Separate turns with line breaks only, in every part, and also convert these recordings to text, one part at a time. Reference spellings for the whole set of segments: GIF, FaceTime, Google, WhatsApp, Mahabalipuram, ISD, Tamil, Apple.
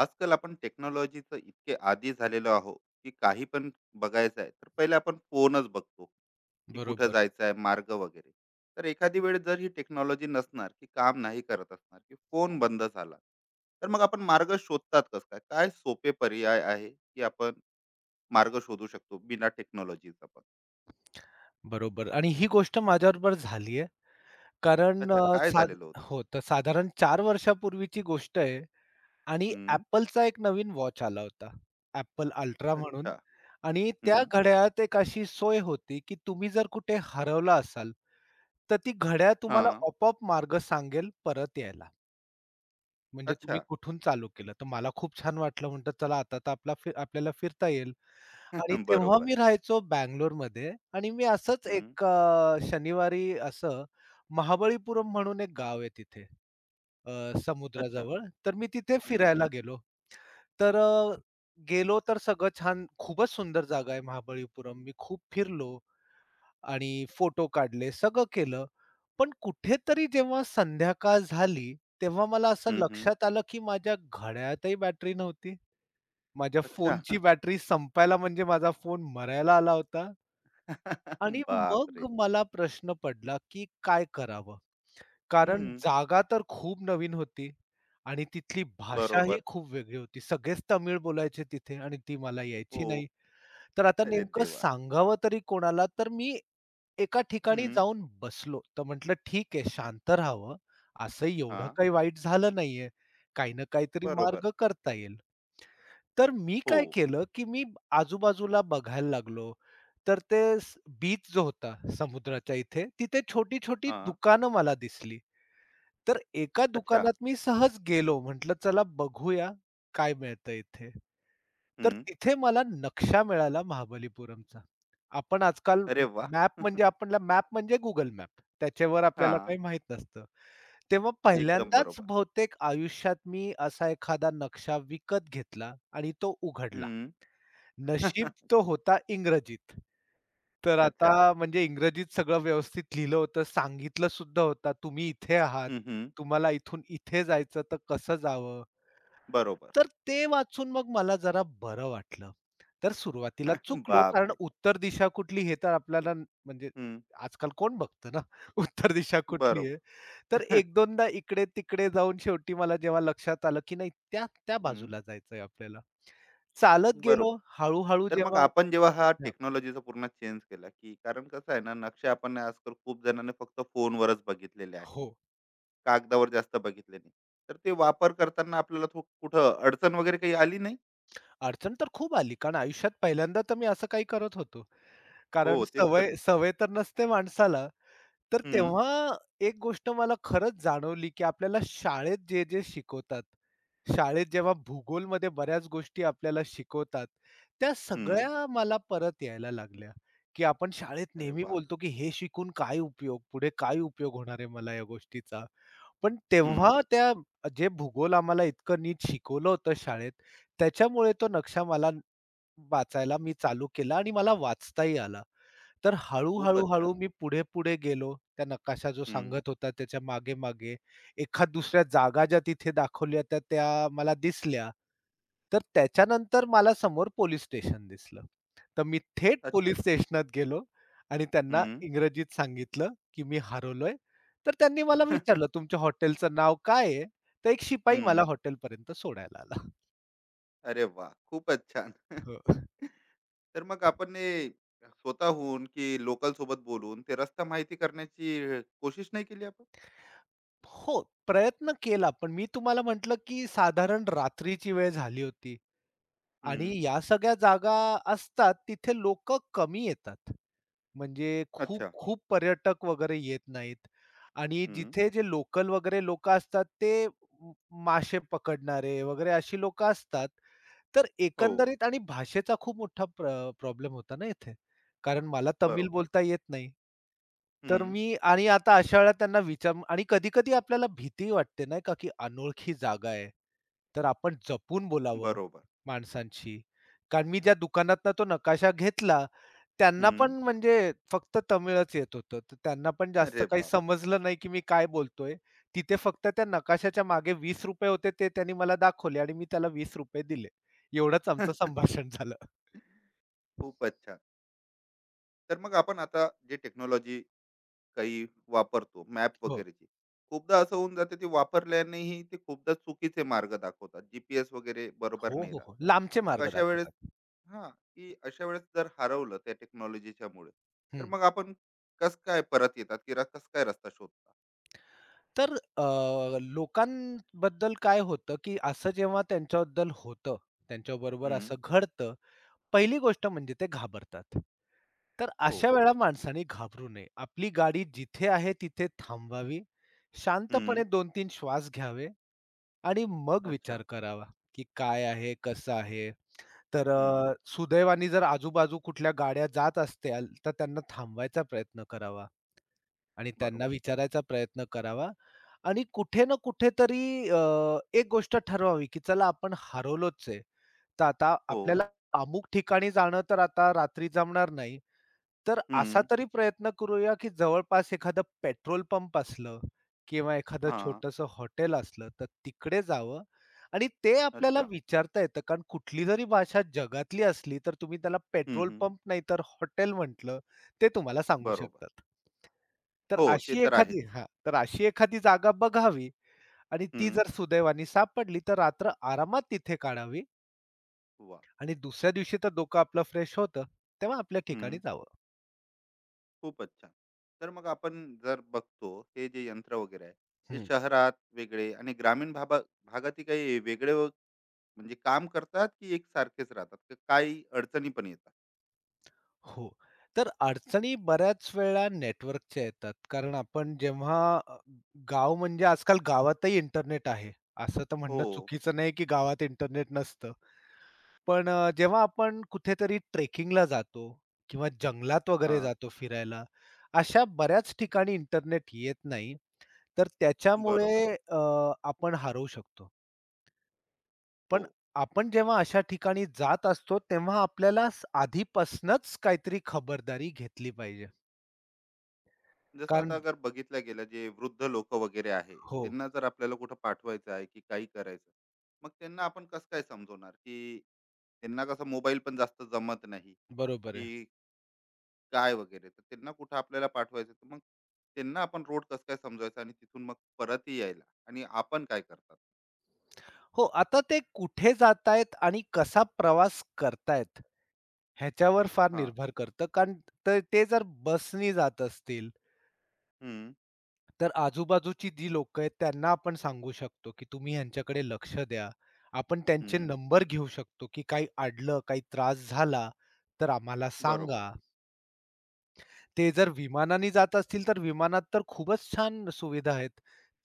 आजकाल आपण टेक्नॉलॉजीचं इतके आदी झालेलो आहोत की काही पण बघायचं आहे तर पहिले आपण फोनच बघतो की कुठं
बरोबर,
जायचं आहे मार्ग वगैरे. तर एखादी वेळ जर ही टेक्नॉलॉजी नसणार की काम नाही करत असणार की फोन बंद झाला तर मग आपण मार्ग शोधतात कसं काय काय सोपे पर्याय आहे की आपण मार्ग शोधू शकतो बिना टेक्नॉलॉजीचा पण.
बरोबर. आणि ही गोष्ट माझ्याबरोबर झाली आहे. कारण
अच्छा,
अ,
काय
साध
झालेलं होतं?
हो, तर साधारण 4 वर्षापूर्वीची गोष्ट आहे आणि
हम्म.
Appleचा एक नवीन वॉच आला होता. Apple अल्ट्रा
अच्छा.
म्हणून. आणि त्या
हम्म.
घड्याळात एक अशी सोय होती, की तुम्ही जर कुठे हरवला असाल, तर ती घड्याळ
हा.
तुम्हाला आपोआप मार्ग सांगेल परत यायला. म्हणजे तुम्ही
अच्छा.
कुठून चालू केलं. तर मला खूप छान वाटलं म्हटलं, "चला आता तर आपला आपल्याला फिरता येईल." आणि तेव्हा
बरोबर.
मी राहायचो बंगलोरमध्ये आणि मी असंच
हम्म.
एक शनिवारी असं महाबळीपुरम म्हणून एक गाव आहे तिथे,
अच्छा.
समुद्राजवळ. तर मी तिथे
हम्म.
फिरायला
हम्म.
गेलो. तर गेलो तर सगळं छान, खूपच सुंदर जागा आहे महाबळीपुरम. मी खूप फिरलो आणि फोटो काढले, सगळं केलं. पण कुठेतरी जेव्हा संध्याकाळ झाली, तेव्हा मला असं
हम्म. हम्म.
लक्षात आलं, की माझ्या घड्याळातही बॅटरी नव्हती. माझ्या
अच्छा.
फोनची बॅटरी संपायला म्हणजे माझा फोन मरायला आला होता. आणि मग
बापरे!
मला प्रश्न पडला, की काय करावं? कारण
हं.
जागा तर खूप नवीन होती आणि तिथली भाषाही
बरोबर.
खूप वेगळी होती. सगळेच तमिळ बोलायचे तिथे आणि ती मला यायची
हो.
नाही. तर आता
अरे
नेमकं
देवा!
सांगावं तरी कोणाला? तर मी एका ठिकाणी
हं.
जाऊन बसलो. तर म्हटलं, "ठीक आहे, शांत राहावं. असं एवढं
हां.
काही वाईट झालं नाहीये. काही ना काहीतरी
बरोबर.
मार्ग करता येईल." तर मी
हो.
काय केलं, की मी आजूबाजूला बघायला लागलो. तर ते बीच जो होता समुद्राच्या इथे, तिथे छोटी-छोटी
हां.
दुकानं मला दिसली. तर एका
अच्छा.
दुकानात मी सहज गेलो. म्हटलं चला बघूया काय मिळतं इथे. तर
हं.
तिथे मला नक्षा मिळाला महाबलीपुरमचा. आपण आजकाल
अरे वाह!
मॅप म्हणजे आपल्याला मॅप म्हणजे Google मॅप. त्याच्यावर आपल्याला
हां.
काही माहीत नसतं. तेव्हा
एकदम
पहिल्यांदाच
बरोबर.
बहुतेक आयुष्यात मी असा एखादा नक्षा विकत घेतला आणि तो उघडला.
हं.
नशीब तो होता इंग्रजीत. तर
अच्छा.
आता म्हणजे इंग्रजीत सगळं व्यवस्थित लिहिलं होतं, सांगितलं सुद्धा होतं, तुम्ही इथे आहात,
हं, हं.
तुम्हाला इथून इथे जायचं तर कसं जावं?
बरोबर.
तर ते वाचून मग मला जरा बरं वाटलं. तर सुरुवातीला चुकलो कारण
बापरे!
उत्तर दिशा कुठली हे तर आपल्याला म्हणजे
हं.
आजकाल कोण बघतं ना, उत्तर दिशा कुठली
बरोबर.
आहे? तर 1-2दा इकडे-तिकडे जाऊन शेवटी मला जेव्हा लक्षात आलं, की नाही त्या त्या
हं.
बाजूला जायचंय आपल्याला. चालत
बरोबर.
गेलो हळू
तर मग
जेव्हा
आपण जेव्हा हा
हां,
टेक्नॉलॉजीचा पूर्ण चेंज केला, की कारण कसं आहे ना, नक्षे आपण आजकाल खूप जणांनी फक्त फोनवरच बघितलेले आहे.
हो.
कागदावर जास्त बघितले नाही. तर ते वापर करताना आपल्याला कुठं अडचण वगैरे काही आली नाही?
अडचण तर खूप आली. कारण आयुष्यात पहिल्यांदा तर मी असं काही करत होतो.
हो,
कारण हां.
तेच तर.
सवय सवय तर नसते माणसाला. तर
हं,
तेव्हा एक गोष्ट मला खरंच जाणवली, की आपल्याला शाळेत जे-जे शिकवतात, शाळेत जेव्हा भूगोलमध्ये बऱ्याच गोष्टी आपल्याला शिकवतात, त्या
हं.
सगळ्या मला परत यायला लागल्या, की आपण शाळेत
अरे
नेहमी
वाह!
बोलतो, की हे शिकून काय उपयोग? पुढे काय उपयोग होणार आहे मला या गोष्टीचा? पण
हं.
तेव्हा त्या जे भूगोल आम्हाला इतकं नीट शिकवलं होतं शाळेत, त्याच्यामुळे तो नक्षा मला वाचायला मी चालू केला आणि मला वाचताही आला. तर हळू-हळू,
खूपच
हळू
छान.
मी पुढे-पुढे गेलो. त्या नकाशा जो
हं.
सांगत होता त्याच्या मागे-मागे. एखाद दुसऱ्या जागा ज्या तिथे दाखवल्या त्या त्या मला दिसल्या. तर त्याच्यानंतर मला समोर पोलिस स्टेशन दिसलं. तर मी थेट
अच्छा.
पोलिस स्टेशनात गेलो आणि त्यांना
हं.
इंग्रजीत सांगितलं, की मी हरवलोय. तर त्यांनी
हं.
मला विचारलं, "तुमच्या हॉटेलचं नाव काय आहे?" तर एक शिपाई मला हॉटेलपर्यंत सोडायला आला.
अरे वाह! खूपच छान.
हो.
तर मग आपण हे स्वतःहून की लोकल सोबत बोलून ते रस्ता माहिती करण्याची कोशिश नाही केली आपण?
हो, प्रयत्न केला. पण मी तुम्हाला म्हटलं, की साधारण रात्रीची वेळ झाली होती आणि
हं.
या सगळ्या जागा असतात तिथे लोकं कमी येतात. म्हणजे खूप
अच्छा.
खूप पर्यटक वगैरे येत नाहीत आणि
हं.
जिथे जे लोकल वगैरे लोकं असतात ते म मासे पकडणारे वगैरे अशी लोकं असतात. तर
हो.
एकंदरीत आणि भाषेचा खूप मोठा प्रॉब्लेम होता ना इथे. कारण मला तमिळ
बरोबर.
बोलता येत नाही. तर
हं.
मी आणि आता अशा वेळेला त्यांना विचार आणि कधी-कधी आपल्याला भीती वाटते नाही का, की अनोळखी जागा आहे. तर आपण जपून बोलावं
बरोबर.
माणसांशी. कारण मी ज्या दुकानातनं तो नकाशा घेतला, त्यांना
हं.
पण म्हणजे फक्त तमिळच येत होतं. तर त्यांना पण जास्त
अरे
काही
बापरे!
समजलं नाही, की मी काय बोलतोय. तिथे फक्त त्या नकाशाच्या मागे ₹20 होते ते त्यांनी मला दाखवले आणि मी त्याला ₹20 दिले. एवढंच आमचं संभाषण झालं.
खूपच छान. तर मग आपण आता जे टेक्नॉलॉजी काही वापरतो मॅप
हो.
वगैरेची. खूपदा असं होऊन जाते ते वापरल्यानेही, ते खूपदा चुकीचे मार्ग दाखवतात, जीपीएस वगैरे बरोबर
हो,
नाही
हो,
राहत.
हो. लांबचे
मग
मार्ग
अशा वेळेस,
दाखवतात.
हा, की अशा वेळेस जर हरवलं त्या टेक्नॉलॉजीच्या मुळे, तर
हं.
मग आपण कस काय परत येतात, की कस काय रस्ता शोधता?
तर लोकांबद्दल काय होतं, की असं जेव्हा त्यांच्याबद्दल होतं, त्यांच्याबरोबर
हम्म.
असं घडतं, पहिली गोष्ट म्हणजे ते घाबरतात. तर
हो.
अशा वेळेला माणसाने घाबरू नये. आपली गाडी जिथे आहे तिथे थांबवावी.
हम्म.
शांतपणे 2-3 श्वास घ्यावे आणि मग
अच्छा.
विचार करावा, की काय आहे, कसं आहे. तर
हम्म.
सुदैवाने जर आजूबाजू कुठल्या गाड्या जात असत्याल, तर त्यांना थांबवायचा प्रयत्न करावा. आणि त्यांना
बरोबर.
विचारायचा प्रयत्न करावा आणि कुठे ना कुठेतरी अ, एक गोष्ट ठरवावी, की चला आपण हरवलोच आहे. तर आता
हो.
आपल्याला अमुक ठिकाणी जाणं तर आता रात्री जमणार नाही. तर असा
हम्म.
तरी प्रयत्न करूया, की जवळपास एखादं पेट्रोल पंप असलं किंवा एखादं
हा.
छोटंसं हॉटेल असलं, तर तिकडे जावं आणि ते आपल्याला
अच्छा.
विचारता येतं. कारण कुठली जरी भाषा जगातली असली, तर तुम्ही त्याला
हम्म.
पेट्रोल
हम्म.
पंप नाहीतर हॉटेल म्हटलं, ते तुम्हाला सांगू
बरोबर.
शकतात.
हो, ते तर आहेच.
तर अशी एखादी जागा बघावी आणि ती
हम्म.
जर सुदैवाने सापडली, तर रात्र आरामात तिथे काढावी
वा.
आणि दुसऱ्या दिवशी तर डोकं आपलं फ्रेश होतं, तेव्हा आपल्या ठिकाणी जावं.
खूपच छान. तर मग आपण जर बघतो हे जे यंत्र वगैरे आहे, ते
हं.
शहरात वेगळे आणि ग्रामीण भागातही काही वेगळे म्हणजे काम करतात की एकसारखेच राहतात? तर काही अडचणी पण येतात?
हो. तर अडचणी बऱ्याच वेळा नेटवर्कच्या येतात. कारण आपण जेव्हा अ, गाव म्हणजे आजकाल गावातही इंटरनेट आहे. असं तर
हो.
म्हणणं चुकीचं नाही, की गावात इंटरनेट नसतं. पण जेव्हा आपण कुठेतरी ट्रेकिंगला जातो किंवा जंगलात वगैरे
हां.
जातो फिरायला, अशा बऱ्याच ठिकाणी इंटरनेट येत नाही. तर त्याच्यामुळे
बरोबर.
अ, आपण हरवू शकतो.
हो.
पण आपण जेव्हा अशा ठिकाणी जात असतो, तेव्हा आपल्याला आधीपासनंच काहीतरी खबरदारी घेतली पाहिजे.
जसं आता
कारण
अगर बघितलं गेलं जे वृद्ध लोकं वगैरे आहे,
हो,
त्यांना जर आपल्याला कुठं पाठवायचं आहे की काही करायचं, मग त्यांना आपण कसं काय समजवणार? की त्यांना कसं मोबाईल पण जास्त जमत नाही,
बरोबर आहे.
की काय वगैरे, तर त्यांना कुठं आपल्याला पाठवायचं, तर मग त्यांना आपण रोड कसं काय समजवायचा आणि तिथून मग परतही यायला आणि आपण काय करतात?
हो, आता ते कुठे जातायत आणि कसा प्रवास करतायत, ह्याच्यावर फार
हा.
निर्भर करतं. कारण ते जर बसनी जात असतील
हम्म.
तर आजूबाजूची जी लोक आहेत त्यांना आपण सांगू शकतो, की तुम्ही ह्यांच्याकडे लक्ष द्या. आपण त्यांचे
हम्म.
नंबर घेऊ शकतो, की काही अडलं, काही त्रास झाला, तर आम्हाला
बरोबर.
सांगा. ते जर विमानाने जात असतील, तर विमानात तर खूपच छान सुविधा आहेत.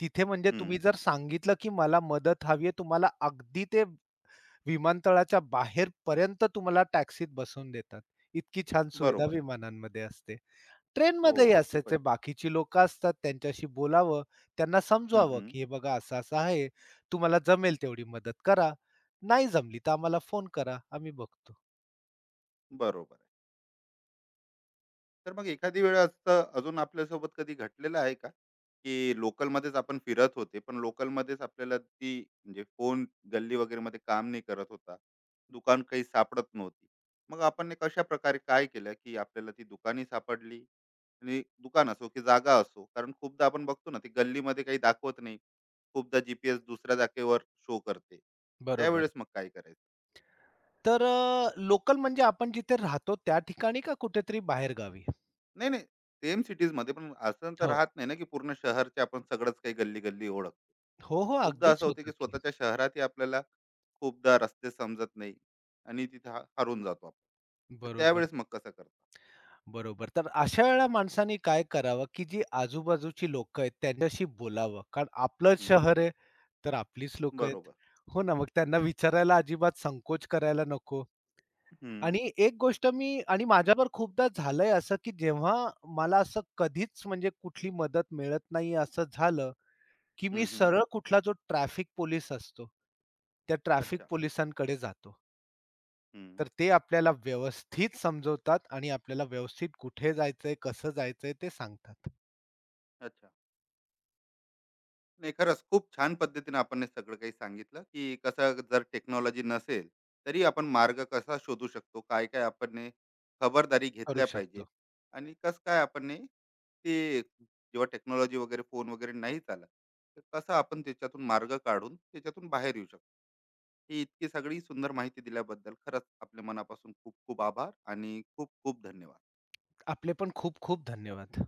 तिथे म्हणजे तुम्ही
हम्म.
जर सांगितलं, की मला मदत हवी आहे, तुम्हाला अगदी ते विमानतळाच्या बाहेरपर्यंत तुम्हाला टॅक्सीत बसवून देतात. इतकी छान सुविधा
बरोबर आहे.
विमानांमध्ये असते.
हो.
ट्रेनमध्येही
खूपच.
असायचे बाकीची लोकं असतात त्यांच्याशी बोलावं, त्यांना
हम्म.
समजवावं,
हम्म.
की "हे बघा असं-असं आहे, तुम्हाला जमेल तेवढी मदत करा. नाही जमली तर आम्हाला फोन करा, आम्ही बघतो."
बरोबर. तर मग एखादी वेळ असं अजून आपल्यासोबत कधी घडलेलं आहे का, की लोकलमध्येच आपण फिरत होते पण लोकलमध्येच आपल्याला ती, म्हणजे फोन गल्ली वगैरे मध्ये काम नाही करत होता, दुकान काही सापडत नव्हती, मग आपण ने कशा प्रकारे काय केलं की आपल्याला ती दुकानही सापडली? आणि दुकान असो की जागा असो, कारण खूपदा आपण बघतो ना ती गल्लीमध्ये काही दाखवत नाही, खूपदा जीपीएस दुसऱ्या जागेवर शो करते,
बरोबर.
त्यावेळेस मग काय करायचं?
तर लोकल म्हणजे आपण जिथे राहतो त्या ठिकाणी का कुठेतरी बाहेरगावी?
नाही, नाही. सेम सिटीज मध्ये पण असं तर
हो.
राहत नाही ना, की पूर्ण शहरचे आपण सगळंच काही गल्ली गल्ली ओळख.
हो, हो.
खूपदा
अगदीच
असं होते की
होतं की.
स्वतःच्या शहरातही आपल्याला खूपदा रस्ते समजत नाही आणि तिथे हरून जातो आपण. तर
बरोबर,
त्यावेळेस मग कसं करता?
बरोबर. तर अशा वेळेला माणसाने काय करावं, की जी आजूबाजूची लोकं आहेत त्यांच्याशी बोलावं. कारण आपलं
हम्म.
शहर आहे. तर आपलीच लोकं आहेत.
बरोबर.
हो ना, मग त्यांना विचारायला अजिबात संकोच करायला नको.
हम्म.
आणि एक गोष्ट मी आणि माझ्यावर खूपदा झालंय असं, की जेव्हा मला असं कधीच म्हणजे कुठली मदत मिळत नाही असं झालं, की
हम्म.
मी
हम्म.
सरळ कुठला जो ट्रॅफिक पोलीस असतो, त्या ट्रॅफिक
अच्छा.
पोलिसांकडे जातो.
हम्म.
तर ते आपल्याला व्यवस्थित समजवतात आणि आपल्याला व्यवस्थित कुठे जायचंय, कसं जायचंय ते सांगतात.
अच्छा. नाही, खरंच खूप छान पद्धतीने आपण हे सगळं काही सांगितलं, की कसं जर टेक्नॉलॉजी नसेल तरी आपण मार्ग कसा शोधू शकतो, काय काय आपण हे खबरदारी
करू
घेतल्या पाहिजे,
शकतो.
आणि कसं काय आपण हे, ते जेव्हा टेक्नॉलॉजी वगैरे फोन वगैरे नाही चालत, तर कसं आपण त्याच्यातून मार्ग काढून त्याच्यातून बाहेर येऊ शकतो. ही इतकी सगळी सुंदर माहिती दिल्याबद्दल खरंच आपल्या मनापासून खूप खूप आभार आणि खूप खूप धन्यवाद.
आपले पण खूप खूप धन्यवाद.